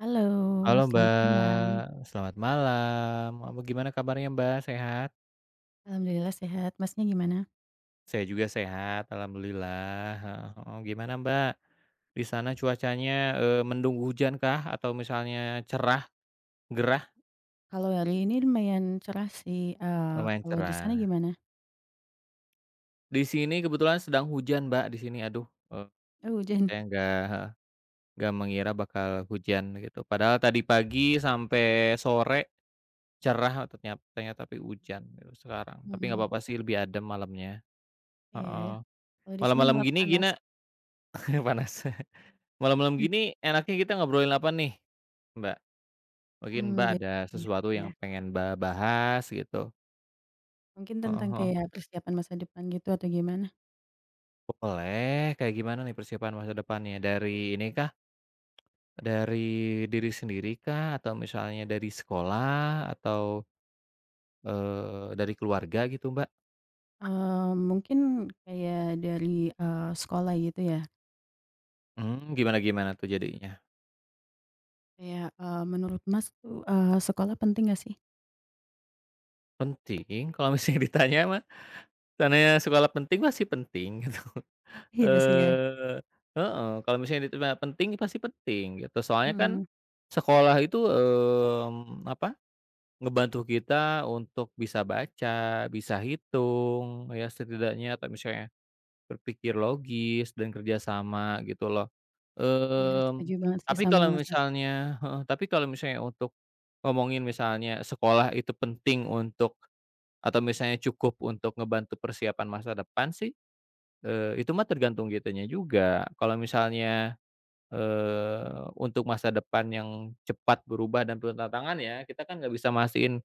Halo, Halo selamat malam. Mbak, selamat malam. Apa gimana kabarnya Mbak, sehat? Alhamdulillah sehat, Masnya gimana? Saya juga sehat, alhamdulillah, heeh heeh. Gimana Mbak, di sana cuacanya, mendung hujan kah atau misalnya cerah, gerah? Kalau hari ini lumayan cerah sih, Lumayan kalau di sana cerah. gimana? Di sini kebetulan sedang hujan Mbak, di sini aduh, eee, Oh, hujan? saya nggak mengira bakal hujan gitu. Padahal tadi pagi sampai sore cerah ternyata tapi hujan gitu sekarang. Tapi nggak Hmm, apa-apa sih lebih adem malamnya, iya ya. heeh. Kalau di sini Malam-malam malah gini panas. gina Panas. Malam-malam gini enaknya kita ngobrolin apa nih, Mbak? Mungkin Hmm, Mbak beda ada iya, sesuatu yang ya. pengen Mbak bahas gitu? Mungkin tentang Heeh, kayak persiapan masa depan gitu atau gimana? boleh, kayak gimana nih persiapan masa depannya? Dari ini kah? Dari diri sendiri kah? Atau misalnya dari sekolah? Atau, dari keluarga gitu, Mbak? Eee, mungkin kayak dari, sekolah gitu ya. Hmm, gimana gimana tuh jadinya? Kayak, menurut Mas tuh, sekolah penting gak sih? Penting? Kalau misalnya ditanya mah, tanya sekolah penting mah sih penting, gitu. Iya sih ya. Eee, heeh, kalau misalnya ditanya penting, pasti penting gitu. Soalnya kan Mhm, sekolah itu, apa, ngebantu kita untuk bisa baca, bisa hitung ya setidaknya atau misalnya berpikir logis dan kerja sama gitu loh. iya setuju Mmm, banget sih tapi sama kalau Masnya. misalnya heeh, tapi kalau misalnya untuk ngomongin misalnya sekolah itu penting untuk atau misalnya cukup untuk ngebantu persiapan masa depan sih, itu mah tergantung kitanya juga. Kalau misalnya, untuk masa depan yang cepat berubah dan penuh tantangan ya, kita kan nggak bisa mastiin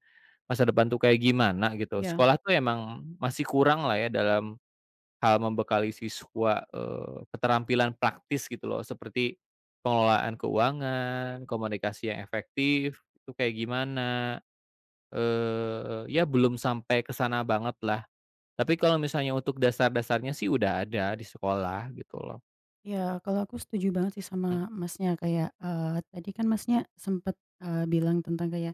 masa depan tuh kayak gimana gitu. Iya. Sekolah tuh emang masih kurang lah ya dalam hal membekali siswa, keterampilan praktis gitu loh, seperti pengelolaan keuangan, komunikasi yang efektif itu kayak gimana, ya belum sampai ke sana banget lah. Tapi kalau misalnya untuk dasar-dasarnya sih udah ada di sekolah gitu loh. Ya, kalau aku setuju banget sih sama Mmm, Masnya, kayak, tadi kan Masnya sempet, bilang tentang kayak,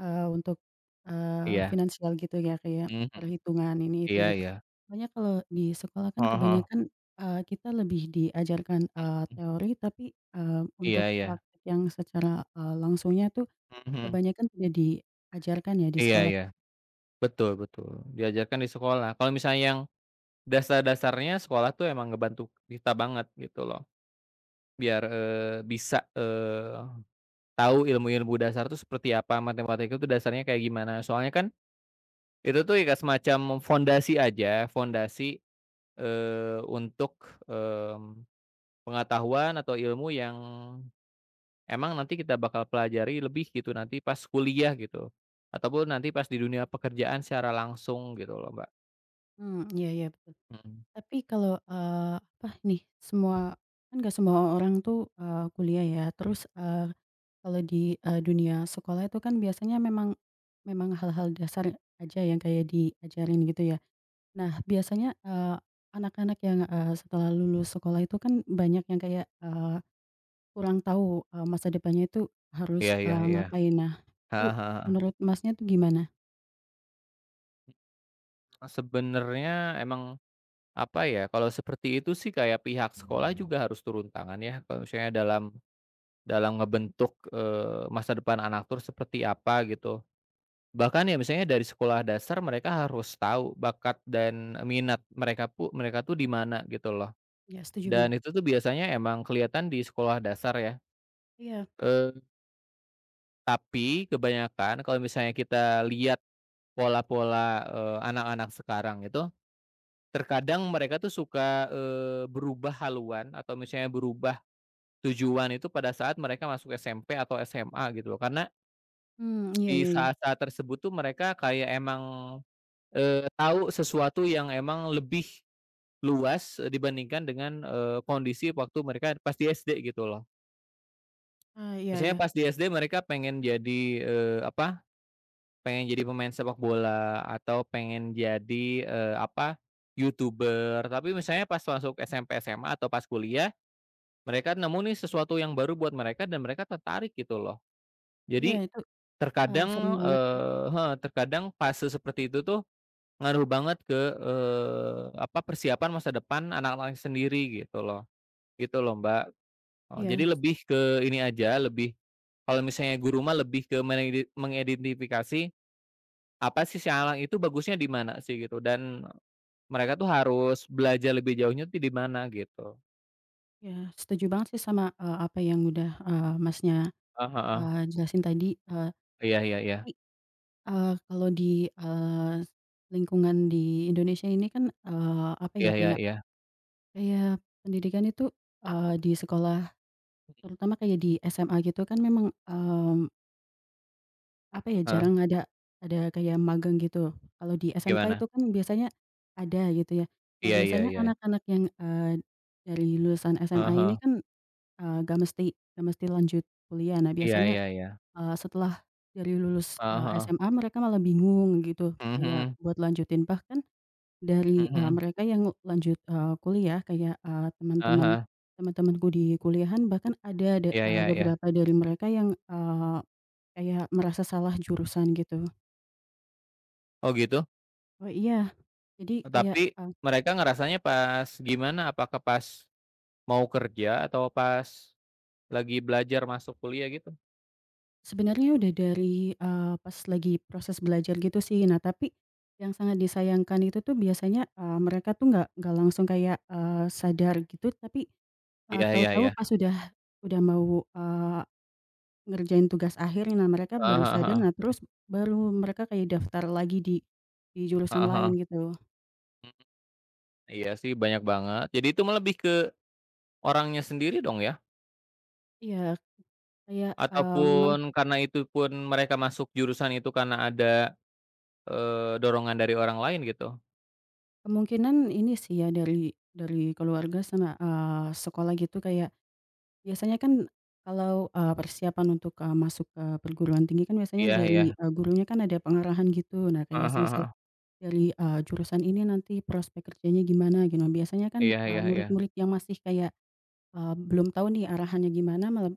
untuk iya, finansial gitu ya, kayak mhm mhm, perhitungan ini itu iya gitu. iya, Soalnya kalau di sekolah kan heeh heeh, kebanyakan, kita lebih diajarkan, mmm, teori tapi, iya untuk iya, praktik yang secara, langsungnya tuh mhm mhm, kebanyakan tidak diajarkan ya di iya sekolah. iya, betul betul, diajarkan di sekolah. Kalau misalnya yang dasar-dasarnya sekolah tuh emang ngebantu kita banget gitu loh, biar, bisa, tahu ilmu-ilmu dasar tuh seperti apa, matematika tuh dasarnya kayak gimana. Soalnya kan itu tuh kayak semacam fondasi aja, fondasi, untuk, mmm, pengetahuan atau ilmu yang emang nanti kita bakal pelajari lebih gitu nanti pas kuliah gitu, ataupun nanti pas di dunia pekerjaan secara langsung gitu loh, Mbak. Hmm, iya iya, betul. Mhm. Tapi kalau, apa nih, semua kan nggak semua orang tuh, kuliah ya, terus, kalau di, dunia sekolah itu kan biasanya memang memang hal-hal dasar aja yang kayak diajarin gitu ya. Nah biasanya, anak-anak yang, setelah lulus sekolah itu kan banyak yang kayak, kurang tahu, masa depannya itu harus, Iya iya iya. ngapain. Nah Heeh itu heeh heeh. menurut Masnya tuh gimana? Nah, sebenarnya emang, apa ya, kalau seperti itu sih kayak pihak sekolah juga harus turun tangan ya, kalau misalnya dalam dalam ngebentuk, masa depan anak tuh seperti apa gitu. Bahkan ya misalnya dari sekolah dasar mereka harus tahu bakat dan minat mereka tuh di mana gitu loh. Iya setuju banget. Dan itu tuh biasanya emang kelihatan di sekolah dasar ya, Iya, eee, tapi kebanyakan kalau misalnya kita lihat pola-pola, anak-anak sekarang itu, terkadang mereka tuh suka, berubah haluan atau misalnya berubah tujuan itu pada saat mereka masuk SMP atau SMA gitu loh. Karena hmm, iya di iya iya. saat-saat tersebut tuh mereka kayak emang, tahu sesuatu yang emang lebih luas eh, dibandingkan dengan, kondisi waktu mereka pas di SD gitu loh. Ah, iya Biasanya iya. pas di SD mereka pengen jadi, apa, pengen jadi pemain sepak bola atau pengen jadi, apa, YouTuber. Tapi misalnya pas masuk SMP, SMA, atau pas kuliah, mereka nemu nih sesuatu yang baru buat mereka dan mereka tertarik gitu loh. Iya Jadi itu, terkadang, sering banget sih. Heeh, terkadang fase seperti itu tuh ngaruh banget ke, apa, persiapan masa depan anak anak sendiri gitu loh. Gitu loh, Mbak. Oh, jadi Iya lebih ke ini aja, lebih kalau misalnya guru mah lebih ke mengidentifikasi, apa sih sialang itu bagusnya di mana sih gitu, dan mereka tuh harus belajar lebih jauhnya tuh di mana gitu. iya, setuju banget sih sama, apa yang udah, Masnya, Heeh heeh. Jelasin tadi, eee, Iya iya iya. tapi Eee, kalau di, lingkungan di Indonesia ini kan, apa ya, Iya iya kayak iya. kayak pendidikan itu, di sekolah terutama kayak di SMA gitu kan memang, apa ya, Heeh, jarang ada kayak magang gitu. Kalau di SMK gimana? itu kan biasanya ada gitu ya. Nah, Iya iya biasanya iya. anak-anak yang, dari lulusan SMA Heeh ini heeh. kan, eee, nggak mesti gak mesti lanjut kuliah. Nah, Iya biasanya, iya iya. Setelah dari lulus, Heeh heeh. SMA mereka malah bingung gitu Mhm kayak mhm. buat lanjutin, bahkan Mhm dari, mhm. mereka yang lanjut, kuliah kayak, eee, Heeh teman-teman heeh. teman-temanku di kuliahan bahkan ada Iya iya iya. beberapa dari mereka yang, kayak merasa salah jurusan gitu. Oh gitu? Oh iya, jadi kayak, Tapi mereka ngerasanya pas gimana? Apakah pas mau kerja atau pas lagi belajar masuk kuliah gitu. sebenarnya udah dari, pas lagi proses belajar gitu sih. Nah tapi yang sangat disayangkan itu tuh biasanya, mereka tuh nggak langsung kayak, sadar gitu tapi, eee, Iya iya iya. tahu-tahu pas udah mau ngerjain tugas akhir, nah mereka Heeh baru heeh sadar, heeh. nah terus baru mereka kayak daftar lagi di jurusan Heeh lain heeh. gitu. Mhm, iya sih banyak banget. Jadi itu mah lebih ke orangnya sendiri dong ya? Iya, kayak, memang Ataupun karena itu pun mereka masuk jurusan itu karena ada, dorongan dari orang lain gitu? kemungkinan ini sih ya dari keluarga sama, sekolah gitu kayak biasanya kan kalau, persiapan untuk, masuk ke perguruan tinggi kan biasanya Iya dari, iya. Gurunya kan ada pengarahan gitu. Nah kayak Heeh heeh semisal heeh. dari, jurusan ini nanti prospek kerjanya gimana gitu. Nah biasanya kan, Iya iya iya. murid-murid yang masih kayak belum tahu nih arahannya gimana malah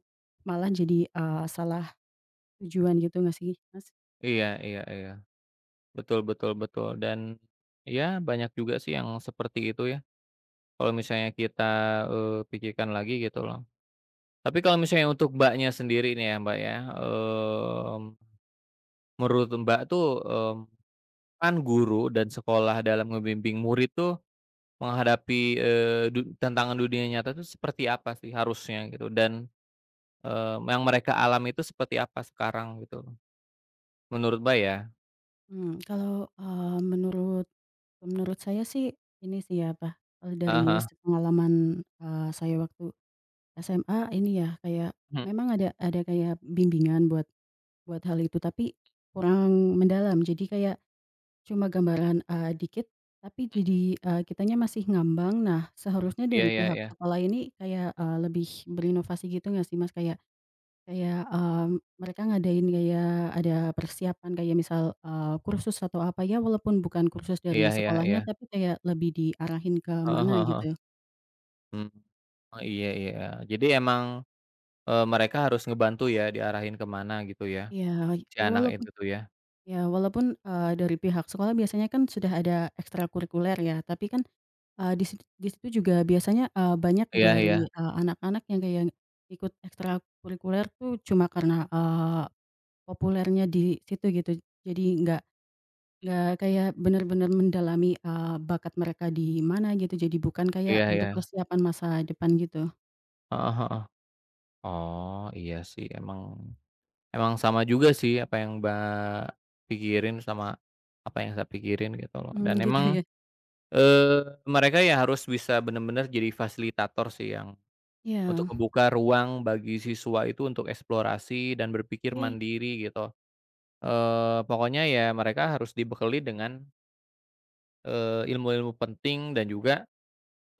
malah jadi, salah tujuan gitu nggak sih, Mas? Iya iya iya. Betul betul betul dan, ya banyak juga sih yang seperti itu ya, kalau misalnya kita, pikirkan lagi gitu loh. Tapi kalau misalnya untuk Mbaknya sendiri nih ya Mbak ya, mmm menurut Mbak tuh, mmm, kan guru dan sekolah dalam ngebimbing murid tuh menghadapi, eee, du tantangan dunia nyata tuh seperti apa sih harusnya gitu dan, yang mereka alami itu seperti apa sekarang gitu menurut Mbak ya? Mmm, kalau, eee, menurut menurut saya sih ini sih ya apa, kalau Heeh dari heeh, pengalaman saya waktu SMA ini ya kayak mhm, memang ada kayak bimbingan buat buat hal itu tapi kurang mendalam jadi kayak cuma gambaran, dikit tapi jadi, kitanya masih ngambang. Nah seharusnya iya dari iya pihak iya, sekolah ini kayak, lebih berinovasi gitu nggak sih, Mas? Kayak kayak mereka ngadain kayak ada persiapan kayak misal, kursus atau apa ya walaupun bukan kursus iya dari iya iya, sekolahnya tapi kayak lebih diarahin ke heeh mana heeh heeh, gitu. mmm, oh iya iya, jadi emang, mereka harus ngebantu ya diarahin kemana gitu ya, Iya, si ya anak walaupun itu tuh ya? ya walaupun dari pihak sekolah biasanya kan sudah ada ekstrakurikuler ya tapi kan, eee, di sit di situ juga biasanya, banyak Iya iya, dari, anak-anak yang kayak ikut ekstrakurikuler tuh cuma karena, populernya di situ gitu jadi nggak mhm, kayak benar-benar mendalami, bakat mereka di mana gitu, jadi bukan kayak iya iya, untuk persiapan masa depan gitu. heeh heeh, oh iya sih emang emang sama juga sih apa yang Mbak pikirin sama apa yang saya pikirin gitu loh dan Mmm, gitu emang, ya. Mereka ya harus bisa benar-benar jadi fasilitator sih yang untuk Iya. membuka ruang bagi siswa itu untuk eksplorasi dan berpikir Iya mandiri gitu, pokoknya ya mereka harus dibekali dengan, ilmu-ilmu penting dan juga,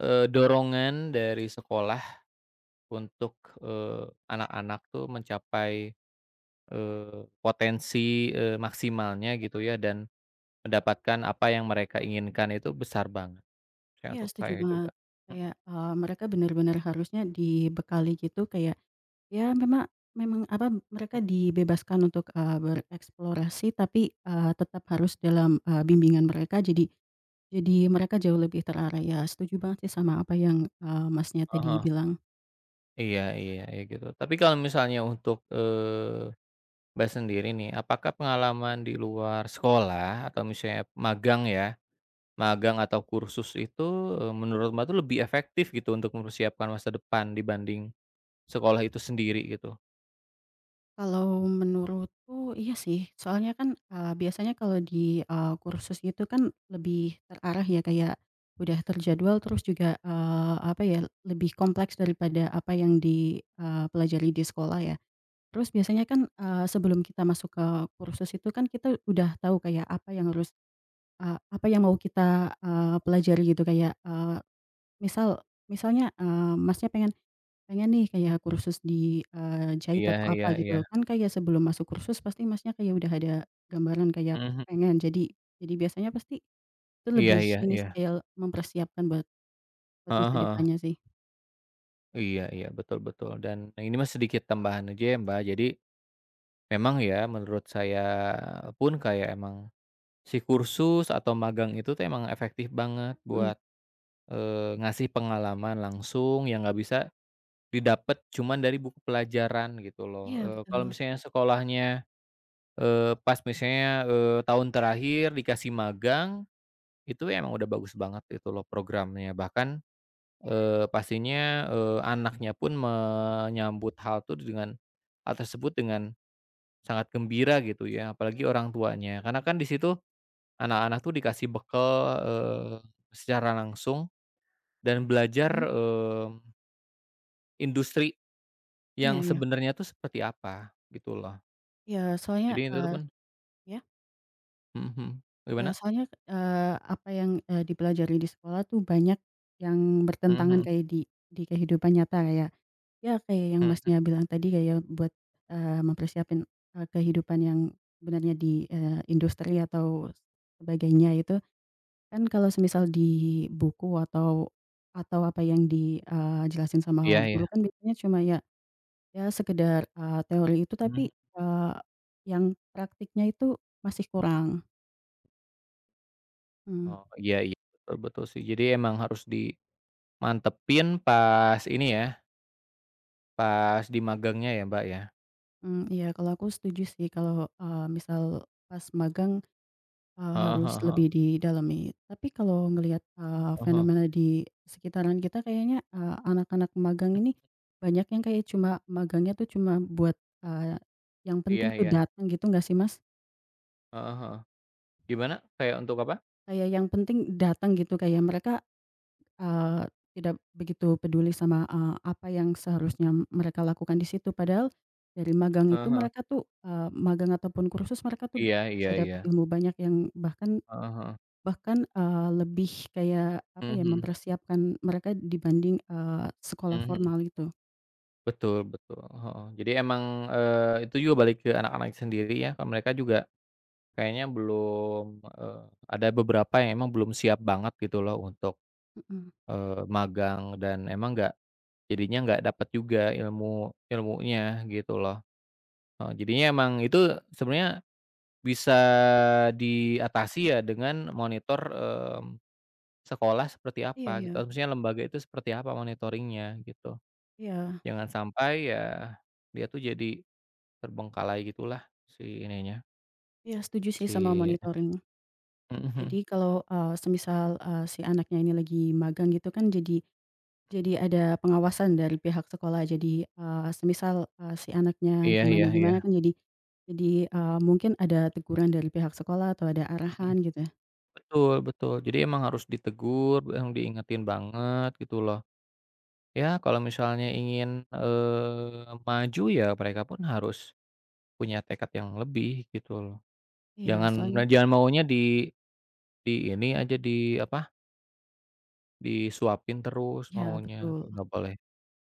dorongan dari sekolah untuk, anak-anak tuh mencapai, potensi, maksimalnya gitu ya dan mendapatkan apa yang mereka inginkan itu besar banget, kayak iya, untuk setuju saya juga. banget. Mhm, Kayak, mereka benar-benar harusnya dibekali gitu kayak, ya memang memang apa, mereka dibebaskan untuk, bereksplorasi tapi, tetap harus dalam, bimbingan mereka jadi mereka jauh lebih terarah. Ya setuju banget sih sama apa yang, Masnya tadi ah bilang. iya iya iya gitu. Tapi kalau misalnya untuk, Mbak sendiri nih, apakah pengalaman di luar sekolah atau misalnya magang ya, magang atau kursus itu, menurut Mbak tuh lebih efektif gitu untuk mempersiapkan masa depan dibanding sekolah itu sendiri gitu? Kalau menurutku iya sih, soalnya kan, biasanya kalau di, kursus itu kan lebih terarah ya, kayak udah terjadwal terus juga, apa ya, lebih kompleks daripada apa yang dipelajari di sekolah ya. Terus biasanya kan, sebelum kita masuk ke kursus itu kan kita udah tahu kayak apa yang harus, apa yang mau kita, pelajari gitu kayak, eee, misal misalnya, eee, Masnya pengen Pengen nih kayak kursus di, jahit Iya atau iya apa iya, gitu. Kan kayak sebelum masuk kursus pasti Masnya kayak udah ada gambaran kayak mhm mhm, pengen jadi biasanya pasti itu iya lebih iya ini iya, sih kayak mempersiapkan buat buat heeh masa heeh, depannya sih. iya iya, betul betul dan ini mah sedikit tambahan aja ya Mbak, jadi memang ya, menurut saya pun kayak emang si kursus atau magang itu tuh emang efektif banget Mhm. buat, ngasih pengalaman langsung yang nggak bisa didapat cuman dari buku pelajaran gitu loh. Iya Kalau betul. misalnya sekolahnya, pas misalnya, tahun terakhir dikasih magang, itu emang udah bagus banget itu loh programnya. Bahkan, pastinya, anaknya pun menyambut hal tersebut dengan sangat gembira gitu ya, apalagi orang tuanya. Karena kan di situ anak-anak tuh dikasih bekal, eee, secara langsung dan belajar, Mhm. Industri Iya yang iya. sebenarnya tuh seperti apa, gitu loh. Iya soalnya, Jadi itu tuh eee kan iya? mhm mhm, Iya gimana? soalnya, apa yang, dipelajari di sekolah tuh banyak yang Mhm bertentangan mhm kayak di kehidupan nyata ya. Ya, kayak yang mhm, Masnya bilang tadi kayak buat, mempersiapin, kehidupan yang sebenarnya di, industri atau sebagainya itu, kan kalau semisal di buku atau apa yang di, jelasin sama iya guru iya, kan biasanya cuma ya sekedar, teori itu mhm, tapi, yang praktiknya itu masih kurang. Mhm oh iya iya, betul betul sih. Jadi emang harus dimantepin pas ini ya, pas di magangnya ya, Mbak, ya? mhm, iya kalau aku setuju sih kalau, misal pas magang Heeh harus heeh heeh, lebih didalami. Tapi kalau ngelihat, heeh heeh, fenomena di sekitaran kita kayaknya, anak-anak magang ini banyak yang kayak cuma magangnya tuh cuma buat, yang iya penting tuh iya, datang gitu nggak sih, Mas? heeh heeh. Gimana? Kayak untuk apa? Kayak yang penting datang gitu kayak mereka, eee, tidak begitu peduli sama, apa yang seharusnya mereka lakukan di situ. Padahal dari magang Heeh itu heeh, mereka tuh, magang ataupun kursus mereka tuh iya iya bisa iya. dapat ilmu banyak yang bahkan Heeh heeh. bahkan lebih kayak apa ya, Mhm mempersiapkan mereka dibanding, sekolah mhm mhm. formal itu. Betul betul, heeh. Jadi emang, itu juga balik ke anak-anak sendiri ya, kan mereka juga kayaknya belum, eee, ada beberapa yang emang belum siap banget gitu loh untuk, Mhm. Magang dan emang nggak jadinya nggak dapet juga ilmunya gitu loh. Heeh, jadinya emang itu sebenarnya bisa diatasi ya dengan monitor, sekolah seperti Iya apa iya. gitu, maksudnya lembaga itu seperti apa monitoring-nya gitu. Iya. Jangan sampai ya dia tuh jadi terbengkalai gitulah si ininya, Iya, setuju sih sama si monitoring. mhm mhm. Jadi kalau, semisal si anaknya ini lagi magang gitu kan jadi ada pengawasan dari pihak sekolah. Jadi, semisal si anaknya Iya iya iya, gimana-gimana kan jadi mungkin ada teguran dari pihak sekolah atau ada mhm, arahan gitu ya. betul betul. Jadi emang harus ditegur, yang diingetin banget gitu loh. Ya kalau misalnya ingin, maju ya mereka pun harus punya tekad yang lebih gitu loh. Iya, Jangan soalnya nah jangan maunya di ini aja, di apa, disuapin terus iya maunya, betul. nggak boleh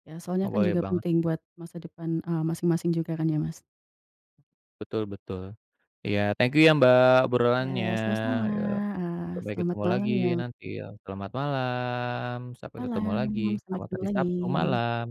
Ya, soalnya nggak kan boleh juga banget. penting buat masa depan, masing-masing juga kan ya, Mas. Betul betul. Iya, thank you ya, Mbak, obrolannya, Ya. Sama-sama, eee, sampai selamat ketemu malam lagi ya, nanti ya. Selamat malam, sampai ketemu lagi, malam, sampai selamat ketemu hari lagi. Sabtu malam.